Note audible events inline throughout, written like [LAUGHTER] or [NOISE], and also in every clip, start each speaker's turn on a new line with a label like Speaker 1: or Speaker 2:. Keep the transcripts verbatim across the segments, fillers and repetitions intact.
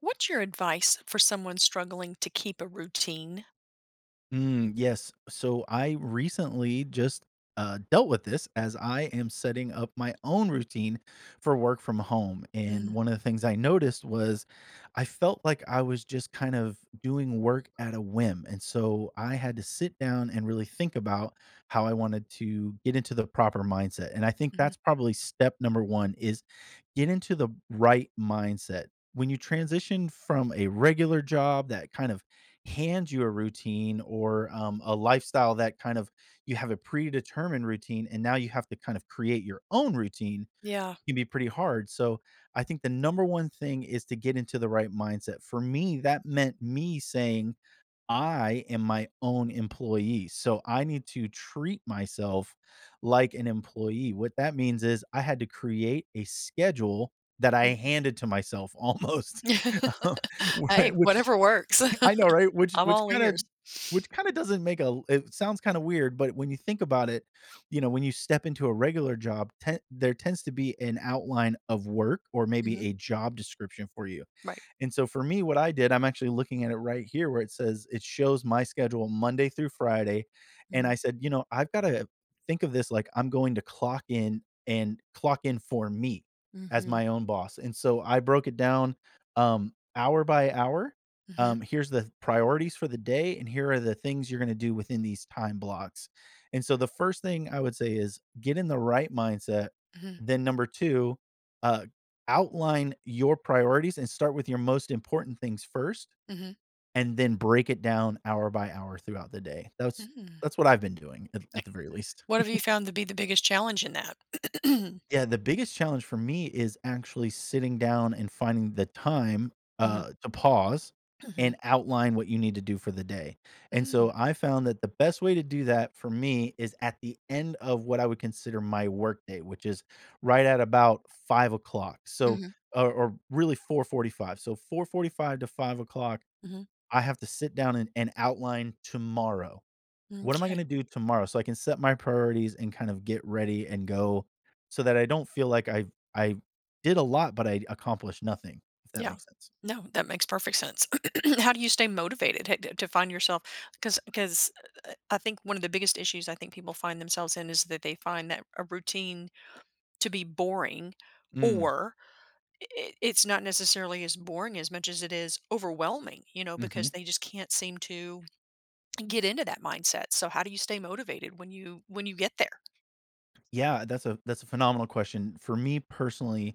Speaker 1: What's your advice for someone struggling to keep a routine?
Speaker 2: Mm, yes. So I recently just uh, dealt with this as I am setting up my own routine for work from home.
Speaker 1: Mm,
Speaker 2: And one of the things I noticed was I felt like I was just kind of doing work at a whim. And so I had to sit down and really think about how I wanted to get into the proper mindset. And I think
Speaker 1: mhm.
Speaker 2: that's probably step number one is get into the right mindset. When you transition from a regular job that kind of hands you a routine or um, a lifestyle that kind of you have a predetermined routine and now you have to kind of create your own routine
Speaker 1: Yeah.
Speaker 2: can be pretty hard. So I think the number one thing is to get into the right mindset. For me, that meant me saying, I am my own employee, so I need to treat myself like an employee. What that means is I had to create a schedule that I
Speaker 1: Mm.
Speaker 2: handed to myself almost, [LAUGHS] um,
Speaker 1: [LAUGHS]
Speaker 2: whi
Speaker 1: Hey,
Speaker 2: which
Speaker 1: whatever works.
Speaker 2: [LAUGHS] I know, right?
Speaker 1: [LAUGHS]
Speaker 2: Which
Speaker 1: I'm
Speaker 2: which
Speaker 1: all
Speaker 2: kinda
Speaker 1: ears.
Speaker 2: which kinda doesn't make a it sounds kinda weird, but when you think about it, you know, when you step into a regular job, ten there tends to be an outline of work or maybe
Speaker 1: Mhm.
Speaker 2: a job description for you.
Speaker 1: Right.
Speaker 2: And so for me, what I did, I'm actually looking at it right here where it says it shows my schedule Monday through Friday. And I
Speaker 1: Mhm.
Speaker 2: said, you know, I've got to think of this like I'm going to clock in and clock in for me as
Speaker 1: Mhm.
Speaker 2: my own boss. And so I broke it down um, hour by hour.
Speaker 1: Mhm.
Speaker 2: Um, here's the priorities for the day, and here are the things you're going to do within these time blocks. And so the first thing I would say is get in the right mindset.
Speaker 1: Mhm.
Speaker 2: Then, number two, uh, outline your priorities and start with your most important things first
Speaker 1: Mhm.
Speaker 2: and then break it down hour by hour throughout the day. That's
Speaker 1: Mm.
Speaker 2: that's what I've been doing at, at
Speaker 1: Like,
Speaker 2: the very least.
Speaker 1: what have you found to be the biggest challenge in that? [CLEARS THROAT]
Speaker 2: Yeah, the biggest challenge for me is actually sitting down and finding the time,
Speaker 1: Mhm.
Speaker 2: uh, to pause
Speaker 1: Mhm.
Speaker 2: and outline what you need to do for the day, and
Speaker 1: Mm.
Speaker 2: so I found that the best way to do that for me is at the end of what I would consider my workday, which is right at about five o'clock. So
Speaker 1: Mhm.
Speaker 2: or or really four forty-five. So four forty-five to five o'clock,
Speaker 1: Mhm.
Speaker 2: I have to sit down and and outline tomorrow.
Speaker 1: Mm.
Speaker 2: What am I gonna do tomorrow? So I can set my priorities and kind of get ready and go so that I don't feel like I I did a lot, but I accomplished nothing, if that
Speaker 1: Yeah.
Speaker 2: makes sense.
Speaker 1: No, that makes perfect sense. [CLEARS THROAT] How do you stay motivated h- to find yourself? Because because I think one of the biggest issues I think people find themselves in is that they find that a routine to be boring,
Speaker 2: Mm,
Speaker 1: or i- it's not necessarily as boring as much as it is overwhelming. You know,
Speaker 2: mhm.
Speaker 1: because they just can't seem to get into that mindset. So how do you stay motivated when you when you get there?
Speaker 2: Yeah, that's a that's a phenomenal question. For me personally,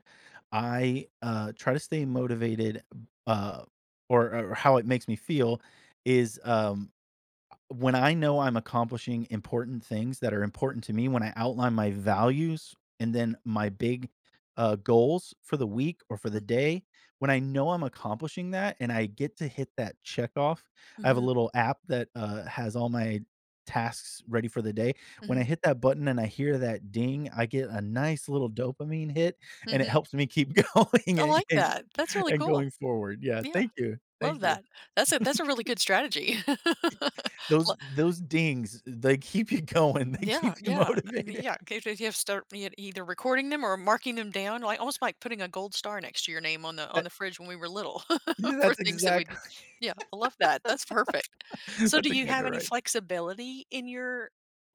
Speaker 2: I, uh, try to stay motivated, uh, or or how it makes me feel is, um when I know I'm accomplishing important things that are important to me, when I outline my values and then my big, uh, goals for the week or for the day, when I know I'm accomplishing that and I get to hit that check off, I have a
Speaker 1: Mm-hmm.
Speaker 2: little app that, uh, has all my tasks ready for the day. When I
Speaker 1: Hmm.
Speaker 2: hit that button and I hear that ding, I get a nice little dopamine hit, and it
Speaker 1: Hmm.
Speaker 2: helps me keep [LAUGHS] going
Speaker 1: I
Speaker 2: and
Speaker 1: like
Speaker 2: and
Speaker 1: that. That's really
Speaker 2: and
Speaker 1: cool.
Speaker 2: going forward. Yeah,
Speaker 1: Yeah,
Speaker 2: thank you.
Speaker 1: love
Speaker 2: Thank you.
Speaker 1: that. That's a that's a really good strategy. [LAUGHS]
Speaker 2: Those
Speaker 1: Love.
Speaker 2: those dings, they keep you going, they
Speaker 1: Yeah,
Speaker 2: keep you [LAUGHS]
Speaker 1: yeah, I mean,
Speaker 2: motivated.
Speaker 1: yeah, 'cause you have to start e either recording them or marking them down, like, almost like putting a gold star next to your name on the on
Speaker 2: That
Speaker 1: the fridge when we were little
Speaker 2: yeah,
Speaker 1: [LAUGHS] for
Speaker 2: that's
Speaker 1: things that we
Speaker 2: exact
Speaker 1: did. Yeah, I love that, that's perfect.
Speaker 2: [LAUGHS]
Speaker 1: So do
Speaker 2: that's
Speaker 1: you have
Speaker 2: exactly
Speaker 1: any
Speaker 2: right.
Speaker 1: flexibility in your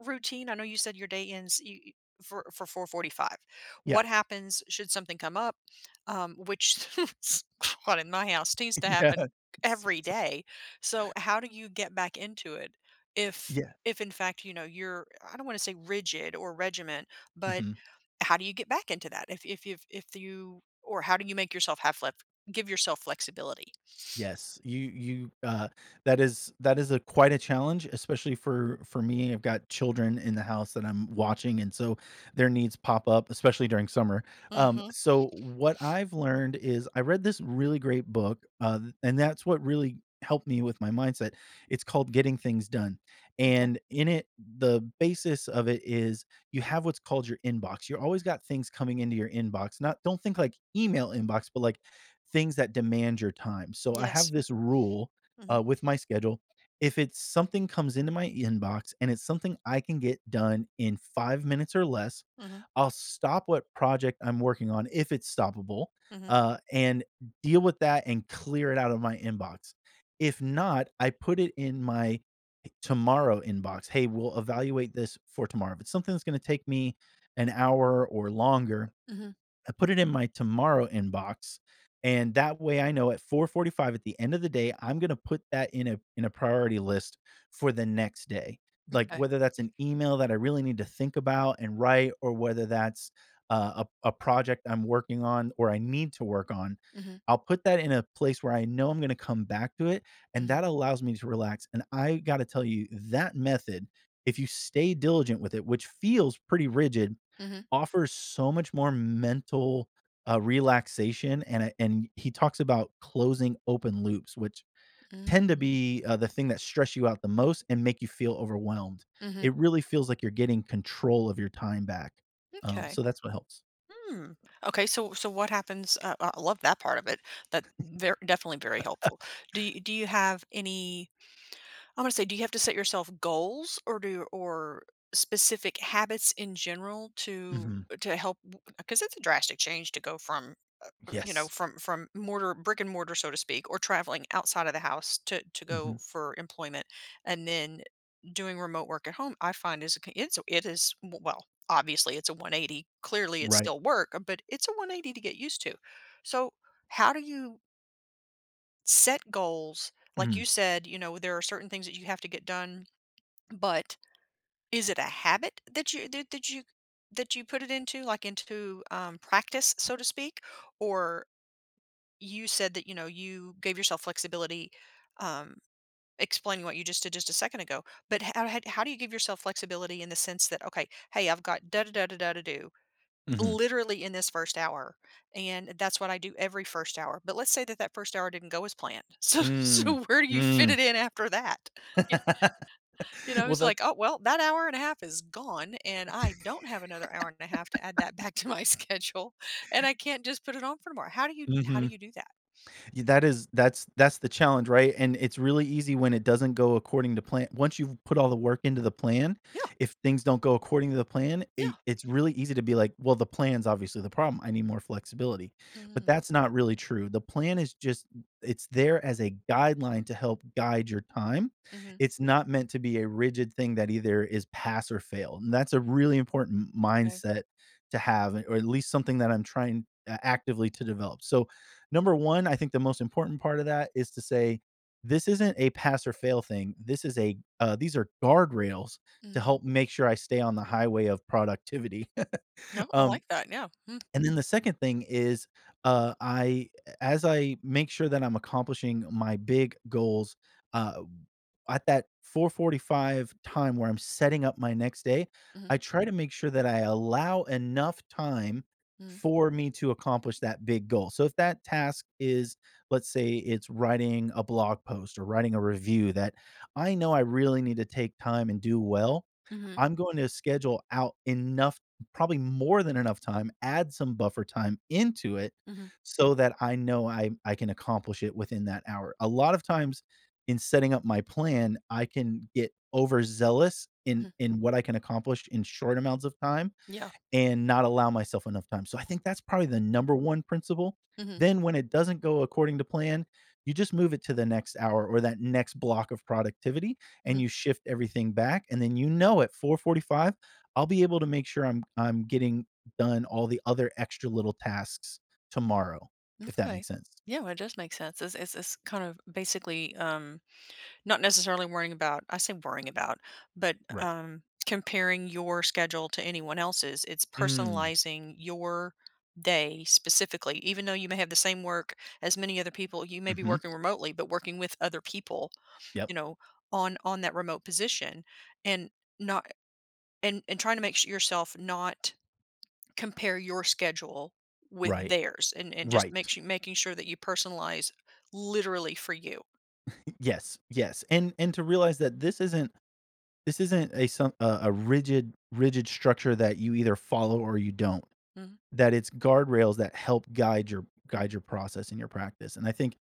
Speaker 1: routine? I know you said your day ends you you for for four forty-five.
Speaker 2: Yeah,
Speaker 1: What happens should something come up, um, which [LAUGHS] what in my house seems
Speaker 2: [LAUGHS]
Speaker 1: to happen
Speaker 2: yeah,
Speaker 1: every
Speaker 2: seriously.
Speaker 1: day, so how do you get back into it if
Speaker 2: Yeah,
Speaker 1: if in fact you know you're, I don't want to say rigid or regiment, but
Speaker 2: mhm.
Speaker 1: how do you get back into that if if you if you or how do you make yourself have flex give yourself flexibility?
Speaker 2: Yes, you you, uh, that is that is a quite a challenge, especially for for me. I've got children in the house that I'm watching, and so their needs pop up, especially during summer. Um,
Speaker 1: Mm-hmm.
Speaker 2: so what I've learned is I read this really great book, uh, and that's what really helped me with my mindset. It's called Getting Things Done,
Speaker 1: Okay.
Speaker 2: and in it, the basis of it is you have what's called your inbox. You always got things coming into your inbox. Not don't think like email inbox, but like things that demand your time. So I have
Speaker 1: Yes.
Speaker 2: this rule,
Speaker 1: Mm-hmm.
Speaker 2: uh, with my schedule. If it's something comes into my inbox and it's something I can get done in five minutes or less,
Speaker 1: Mm-hmm.
Speaker 2: I'll stop what project I'm working on if it's stoppable,
Speaker 1: Mm-hmm.
Speaker 2: uh, and deal with that and clear it out of my inbox. If not, I put it in my tomorrow inbox. "Hey, we'll evaluate this for tomorrow." If it's something that's gonna take me an hour or longer,
Speaker 1: Mm-hmm.
Speaker 2: I put it in my tomorrow inbox, and that way I know at four forty-five at the end of the day, I'm gonna put that in a in a priority list for the next day. Like,
Speaker 1: Okay.
Speaker 2: whether that's an email that I really need to think about and write, or whether that's uh, a, a project I'm working on or I need to work on,
Speaker 1: Mm-hmm.
Speaker 2: I'll put that in a place where I know I'm going to come back to it. And
Speaker 1: Mm-hmm.
Speaker 2: that allows me to relax. And I got to tell you, that method, if you stay diligent with it, which feels pretty rigid,
Speaker 1: Mm-hmm.
Speaker 2: offers so much more mental, uh, relaxation, and a and he talks about closing open loops, which tend to
Speaker 1: Mm.
Speaker 2: be, uh, the thing that stress you out the most and make you feel overwhelmed.
Speaker 1: Mm-hmm.
Speaker 2: It really feels like you're getting control of your time back, um,
Speaker 1: Okay.
Speaker 2: so that's what helps.
Speaker 1: Hmm. Okay. So, so what happens? Uh, I love that part of it. That very, definitely very helpful. Do you, do you have any, I'm gonna say, do you have to set yourself goals or do or specific habits in general to
Speaker 2: Mhm.
Speaker 1: to help? Because it's a drastic change to go from uh, you know,
Speaker 2: Yes.
Speaker 1: from from mortar brick and mortar, so to speak, or traveling outside of the house to to go
Speaker 2: Mhm.
Speaker 1: for employment, and then doing remote work at home. I find is a c- it's it is, well, obviously it's a one eighty. Clearly, it's
Speaker 2: Right.
Speaker 1: still work, uh, but it's a one eighty to get used to. So, how do you set goals? Like
Speaker 2: Mm.
Speaker 1: you said, you know, there are certain things that you have to get done, but is it a habit that you that that you that you put it into, like, into, um, practice, so to speak? Or you said that, you know, you gave yourself flexibility, um, explaining what you just did just a second ago, but how how how do you give yourself flexibility in the sense that, "Okay, hey, I've got da da da da da to do
Speaker 2: Mhm.
Speaker 1: literally in this first hour, and that's what I do every first hour." But let's say that that first hour didn't go as planned. [LAUGHS] So
Speaker 2: Mm.
Speaker 1: so where do you fit
Speaker 2: Mm.
Speaker 1: it in after that?
Speaker 2: [LAUGHS]
Speaker 1: You know,
Speaker 2: Well,
Speaker 1: it's
Speaker 2: that
Speaker 1: like, "Oh, well, that hour and a half is gone, and I don't have another hour and a half to add that back to my [LAUGHS] schedule, and I can't just put it on for tomorrow." How do you how do
Speaker 2: mhm.
Speaker 1: you do that?
Speaker 2: Y that is that's that's the challenge, right? And it's really easy when it doesn't go according to plan. Once you've put all the work into the plan,
Speaker 1: Yeah,
Speaker 2: if things don't go according to the plan,
Speaker 1: yeah.
Speaker 2: it, it's really easy to be like, well, the plan's obviously the problem. I need more flexibility. But
Speaker 1: Mhm,
Speaker 2: that's not really true. The plan is just it's there as a guideline to help guide your time.
Speaker 1: mhm,
Speaker 2: It's not meant to be a rigid thing that either is pass or fail. And that's a really important
Speaker 1: okay.
Speaker 2: mindset to have or at least something that I'm trying uh, actively to develop. So number one, I think the most important part of that is to say this isn't a pass or fail thing. This is a uh, these are guardrails to
Speaker 1: Mhm.
Speaker 2: help make sure I stay on the highway of productivity.
Speaker 1: No,
Speaker 2: [LAUGHS]
Speaker 1: I
Speaker 2: um,
Speaker 1: like that, yeah. Mm,
Speaker 2: and then the second thing is, uh, I as I make sure that I'm accomplishing my big goals, uh, at that four forty-five time where I'm setting up my next day,
Speaker 1: mhm,
Speaker 2: I try to make sure that I allow enough time
Speaker 1: mhm,
Speaker 2: for me to accomplish that big goal. So if that task is, let's say it's writing a blog post or writing a review that I know I really need to take time and do well,
Speaker 1: mhm,
Speaker 2: I'm going to schedule out enough probably more than enough time, add some buffer time into it
Speaker 1: mhm,
Speaker 2: so that I know I I can accomplish it within that hour. A lot of times in setting up my plan, I can get overzealous in
Speaker 1: mhm,
Speaker 2: in what I can accomplish in short amounts of time
Speaker 1: yeah,
Speaker 2: and not allow myself enough time. So I think that's probably the number one principle.
Speaker 1: mhm,
Speaker 2: Then when it doesn't go according to plan, you just move it to the next hour or that next block of productivity
Speaker 1: mhm,
Speaker 2: and you shift everything back and then you know at four forty-five I'll be able to make sure I'm I'm getting done all the other extra little tasks tomorrow, if that
Speaker 1: m'kay.
Speaker 2: makes sense.
Speaker 1: Yeah, well, it does make sense. It's it's it's kind of basically, um not necessarily worrying about, I say worrying about, but,
Speaker 2: Right.
Speaker 1: um, comparing your schedule to anyone else's. It's
Speaker 2: Mm.
Speaker 1: personalizing your day specifically, even though you may have the same work as many other people, you may be
Speaker 2: Mhm.
Speaker 1: working remotely, but working with other people,
Speaker 2: Yep.
Speaker 1: you know, on on that remote position and not and and trying to make s yourself not compare your schedule with
Speaker 2: Right.
Speaker 1: theirs and and just make
Speaker 2: Right.
Speaker 1: sure, making sure that you personalize literally for you.
Speaker 2: Yes. Yes. And and to realize that this isn't This isn't a some a a rigid rigid structure that you either follow or you don't,
Speaker 1: Mhm.
Speaker 2: that it's guardrails that help guide your guide your process and your practice, and I think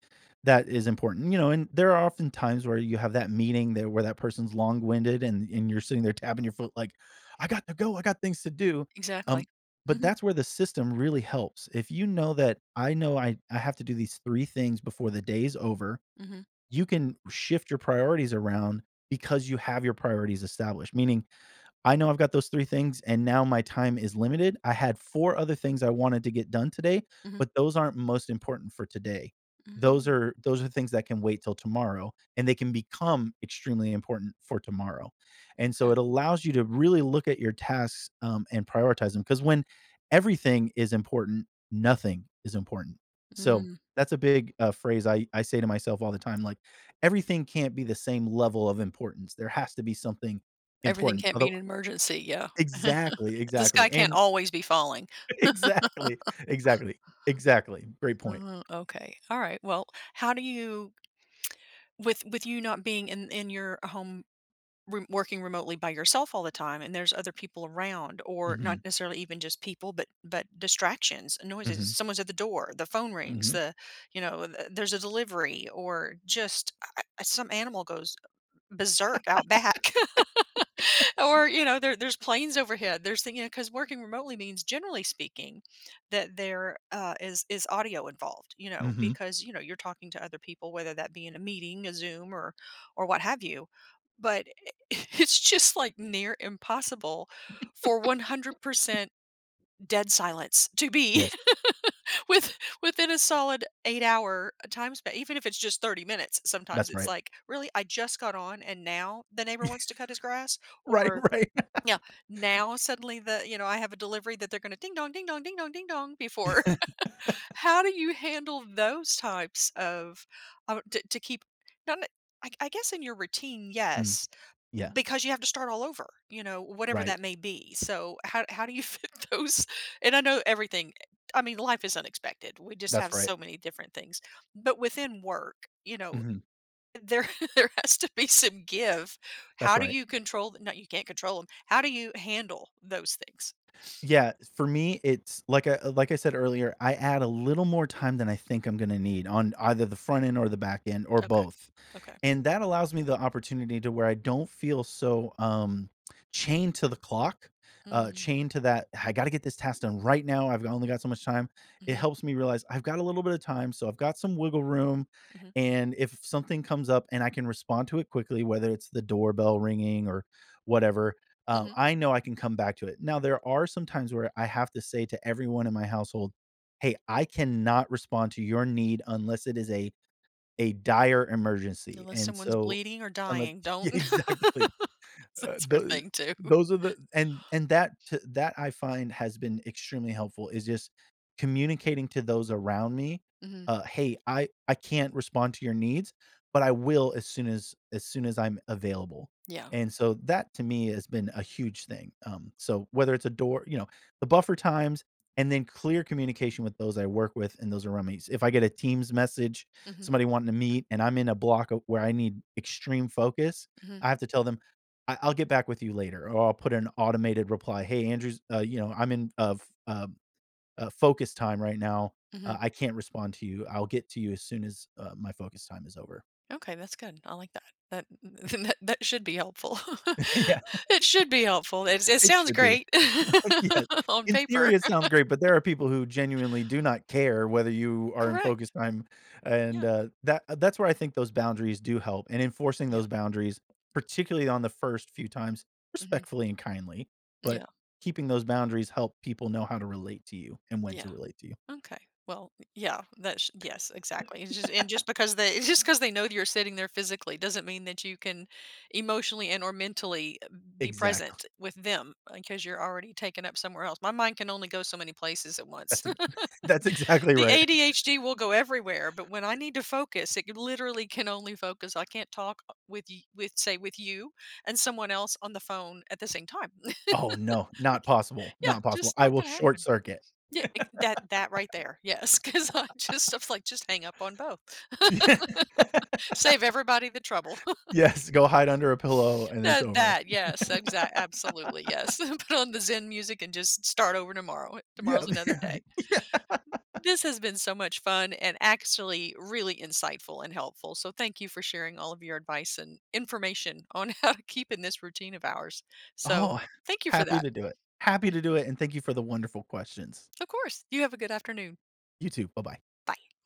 Speaker 2: that is important, you know, and there are often times where you have that meeting there where that person's long-winded and and you're sitting there tapping your foot like, "I got to go, I got things to do,"
Speaker 1: Exactly.
Speaker 2: um, but
Speaker 1: Mhm.
Speaker 2: that's where the system really helps. If you know that, "I know I I have to do these three things before the day's over,"
Speaker 1: Mhm.
Speaker 2: you can shift your priorities around because you have your priorities established. Meaning, I know I've got those three things, and now my time is limited. I had four other things I wanted to get done today,
Speaker 1: Mhm.
Speaker 2: but those aren't most important for today. Those
Speaker 1: Mm,
Speaker 2: are those are things that can wait till tomorrow, and they can become extremely important for tomorrow. And so
Speaker 1: okay.
Speaker 2: it allows you to really look at your tasks, um, and prioritize them, because when everything is important, nothing is important. So,
Speaker 1: Mm,
Speaker 2: that's a big, uh, phrase I I say to myself all the time, like, everything can't be the same level of importance. There has to be something
Speaker 1: everything
Speaker 2: important,
Speaker 1: can't be
Speaker 2: although
Speaker 1: an emergency, yeah. [LAUGHS]
Speaker 2: exactly,
Speaker 1: The sky
Speaker 2: exactly,
Speaker 1: can't
Speaker 2: and
Speaker 1: always be falling.
Speaker 2: [LAUGHS] exactly, exactly, exactly, great point.
Speaker 1: Uh, okay. All right. Well, how do you with with you not being in in your home, re- working remotely by yourself all the time, and there's other people around or not
Speaker 2: Mhm,
Speaker 1: necessarily even just people but but distractions, noises,
Speaker 2: mhm,
Speaker 1: someone's at the door, the phone rings,
Speaker 2: mhm,
Speaker 1: the, you know, th- there's a delivery, or just uh, uh, some animal goes berserk out back. Or, you know, there there's planes overhead. There's thing, you know, 'cause working remotely means, generally speaking, that there, uh, is is audio involved, you know,
Speaker 2: mhm,
Speaker 1: because, you know, you're talking to other people, whether that be in a meeting, a Zoom, or or what have you. But [LAUGHS] it's just, like, near impossible for one hundred percent dead silence to be
Speaker 2: yes,
Speaker 1: [LAUGHS] with within a solid eight-hour time span, even if it's just thirty minutes. Sometimes
Speaker 2: that's
Speaker 1: it's
Speaker 2: right.
Speaker 1: like, "Really? I just got on, and now the neighbor wants to
Speaker 2: [LAUGHS]
Speaker 1: cut his grass?"
Speaker 2: Right,
Speaker 1: Or
Speaker 2: right. [LAUGHS]
Speaker 1: yeah, now suddenly the, you know, I have a delivery that they're gonna ding dong, ding dong, ding dong, ding dong before. [LAUGHS] How do you handle those types of uh, to, to keep not n- I, I guess in your routine,
Speaker 2: Mm,
Speaker 1: yes,
Speaker 2: yeah,
Speaker 1: because you have to start all over, you know, whatever
Speaker 2: right,
Speaker 1: that may be. So how how do you [LAUGHS] fit those? And I know everything. I mean, life is unexpected. We just
Speaker 2: that's
Speaker 1: have
Speaker 2: right.
Speaker 1: so many different things. But within work, you know,
Speaker 2: Mhm,
Speaker 1: there [LAUGHS] there has to be some give.
Speaker 2: that's
Speaker 1: How do
Speaker 2: right.
Speaker 1: you control th no, you can't control control them. How do you handle those things?
Speaker 2: Yeah, for me, it's like I like I said earlier, I add a little more time than I think I'm gonna need on either the front end or the back end or
Speaker 1: Okay.
Speaker 2: both.
Speaker 1: Okay.
Speaker 2: And that allows me the opportunity to where I don't feel so, um, chained to the clock, uh,
Speaker 1: Mm,
Speaker 2: chained to that, "I gotta get this task done right now, I've only got so much time." It
Speaker 1: mhm,
Speaker 2: helps me realize I've got a little bit of time, so I've got some wiggle room,
Speaker 1: mhm,
Speaker 2: and if something comes up and I can respond to it quickly, whether it's the doorbell ringing or whatever, um,
Speaker 1: mhm.
Speaker 2: I know I can come back to it. Now there are some times where I have to say to everyone in my household, "Hey, I cannot respond to your need unless it is a a dire emergency,
Speaker 1: Unless
Speaker 2: and
Speaker 1: someone's
Speaker 2: so
Speaker 1: bleeding or
Speaker 2: unless"
Speaker 1: dying,
Speaker 2: [LAUGHS]
Speaker 1: don't.
Speaker 2: yeah, exactly.
Speaker 1: [LAUGHS]
Speaker 2: Uh,
Speaker 1: That's her
Speaker 2: tho
Speaker 1: thing too.
Speaker 2: those are the and and that t that I find has been extremely helpful is just communicating to those around me,
Speaker 1: Mhm.
Speaker 2: uh, "Hey, I I can't respond to your needs, but I will as soon as as soon as I'm available."
Speaker 1: Yeah.
Speaker 2: And so that to me has been a huge thing. Um, so whether it's a door you know, the buffer times and then clear communication with those I work with and those around me. If I get a Teams message,
Speaker 1: Mhm,
Speaker 2: somebody wanting to meet, and I'm in a block of where I need extreme focus,
Speaker 1: mhm,
Speaker 2: I have to tell them, I I'll get back with you later, or I'll put an automated reply. Hey, Andrews, uh, you know, I'm in of uh, uh, focus time right now. Uh,
Speaker 1: mhm.
Speaker 2: I can't respond to you. I'll get to you as soon as uh, my focus time is over.
Speaker 1: Okay, that's good. I like that. That [LAUGHS] that that should be helpful. [LAUGHS]
Speaker 2: [LAUGHS] Yeah,
Speaker 1: It should be helpful. It it
Speaker 2: it
Speaker 1: sounds
Speaker 2: should be.
Speaker 1: great
Speaker 2: Yeah.
Speaker 1: [LAUGHS] on
Speaker 2: In
Speaker 1: paper.
Speaker 2: theory, it sounds great, but there are people who genuinely do not care whether you are in focus
Speaker 1: Correct.
Speaker 2: time, and,
Speaker 1: Yeah.
Speaker 2: uh, that uh, that's where I think those boundaries do help, and enforcing those
Speaker 1: Yeah.
Speaker 2: boundaries, particularly on the first few times,
Speaker 1: Mhm.
Speaker 2: respectfully and kindly, but
Speaker 1: Yeah.
Speaker 2: keeping those boundaries help people know how to relate to you and when
Speaker 1: Yeah.
Speaker 2: to relate to you.
Speaker 1: Okay. Well, yeah, that's yes, exactly. It's just, and just because they [LAUGHS] just because they know that you're sitting there physically doesn't mean that you can emotionally and or mentally uh, be
Speaker 2: Exactly.
Speaker 1: present with them because you're already taken up somewhere else. My mind can only go so many places at once.
Speaker 2: That's ex [LAUGHS] that's
Speaker 1: [LAUGHS]
Speaker 2: exactly
Speaker 1: The
Speaker 2: right.
Speaker 1: A D H D will go everywhere, but when I need to focus, it literally can only focus. I can't talk uh, with you, with, say, with you and someone else on the phone at the same time. [LAUGHS]
Speaker 2: Oh, no. Not
Speaker 1: Like,
Speaker 2: possible,
Speaker 1: yeah,
Speaker 2: not possible.
Speaker 1: just
Speaker 2: I
Speaker 1: not
Speaker 2: will
Speaker 1: gonna
Speaker 2: short
Speaker 1: happen.
Speaker 2: circuit.
Speaker 1: Yeah, ex that that right there, yes, [LAUGHS] because I just, I was like, "Just hang up on both.
Speaker 2: [LAUGHS]
Speaker 1: Save everybody the trouble." [LAUGHS]
Speaker 2: Yes, go hide under a pillow, and it's
Speaker 1: That
Speaker 2: over.
Speaker 1: that, yes, exact absolutely, yes. [LAUGHS] Put on the Zen music and just start over tomorrow. Tomorrow's
Speaker 2: Yeah.
Speaker 1: another day.
Speaker 2: [LAUGHS]
Speaker 1: This has been so much fun and actually really insightful and helpful, so thank you for sharing all of your advice and information on [LAUGHS] how to keep in this routine of ours. So,
Speaker 2: Oh,
Speaker 1: thank you for
Speaker 2: happy
Speaker 1: that.
Speaker 2: to do it. Happy
Speaker 1: Yeah,
Speaker 2: to do it, and thank you for the wonderful questions.
Speaker 1: of course. You have a good afternoon.
Speaker 2: You too. Bye-bye.
Speaker 1: Bye.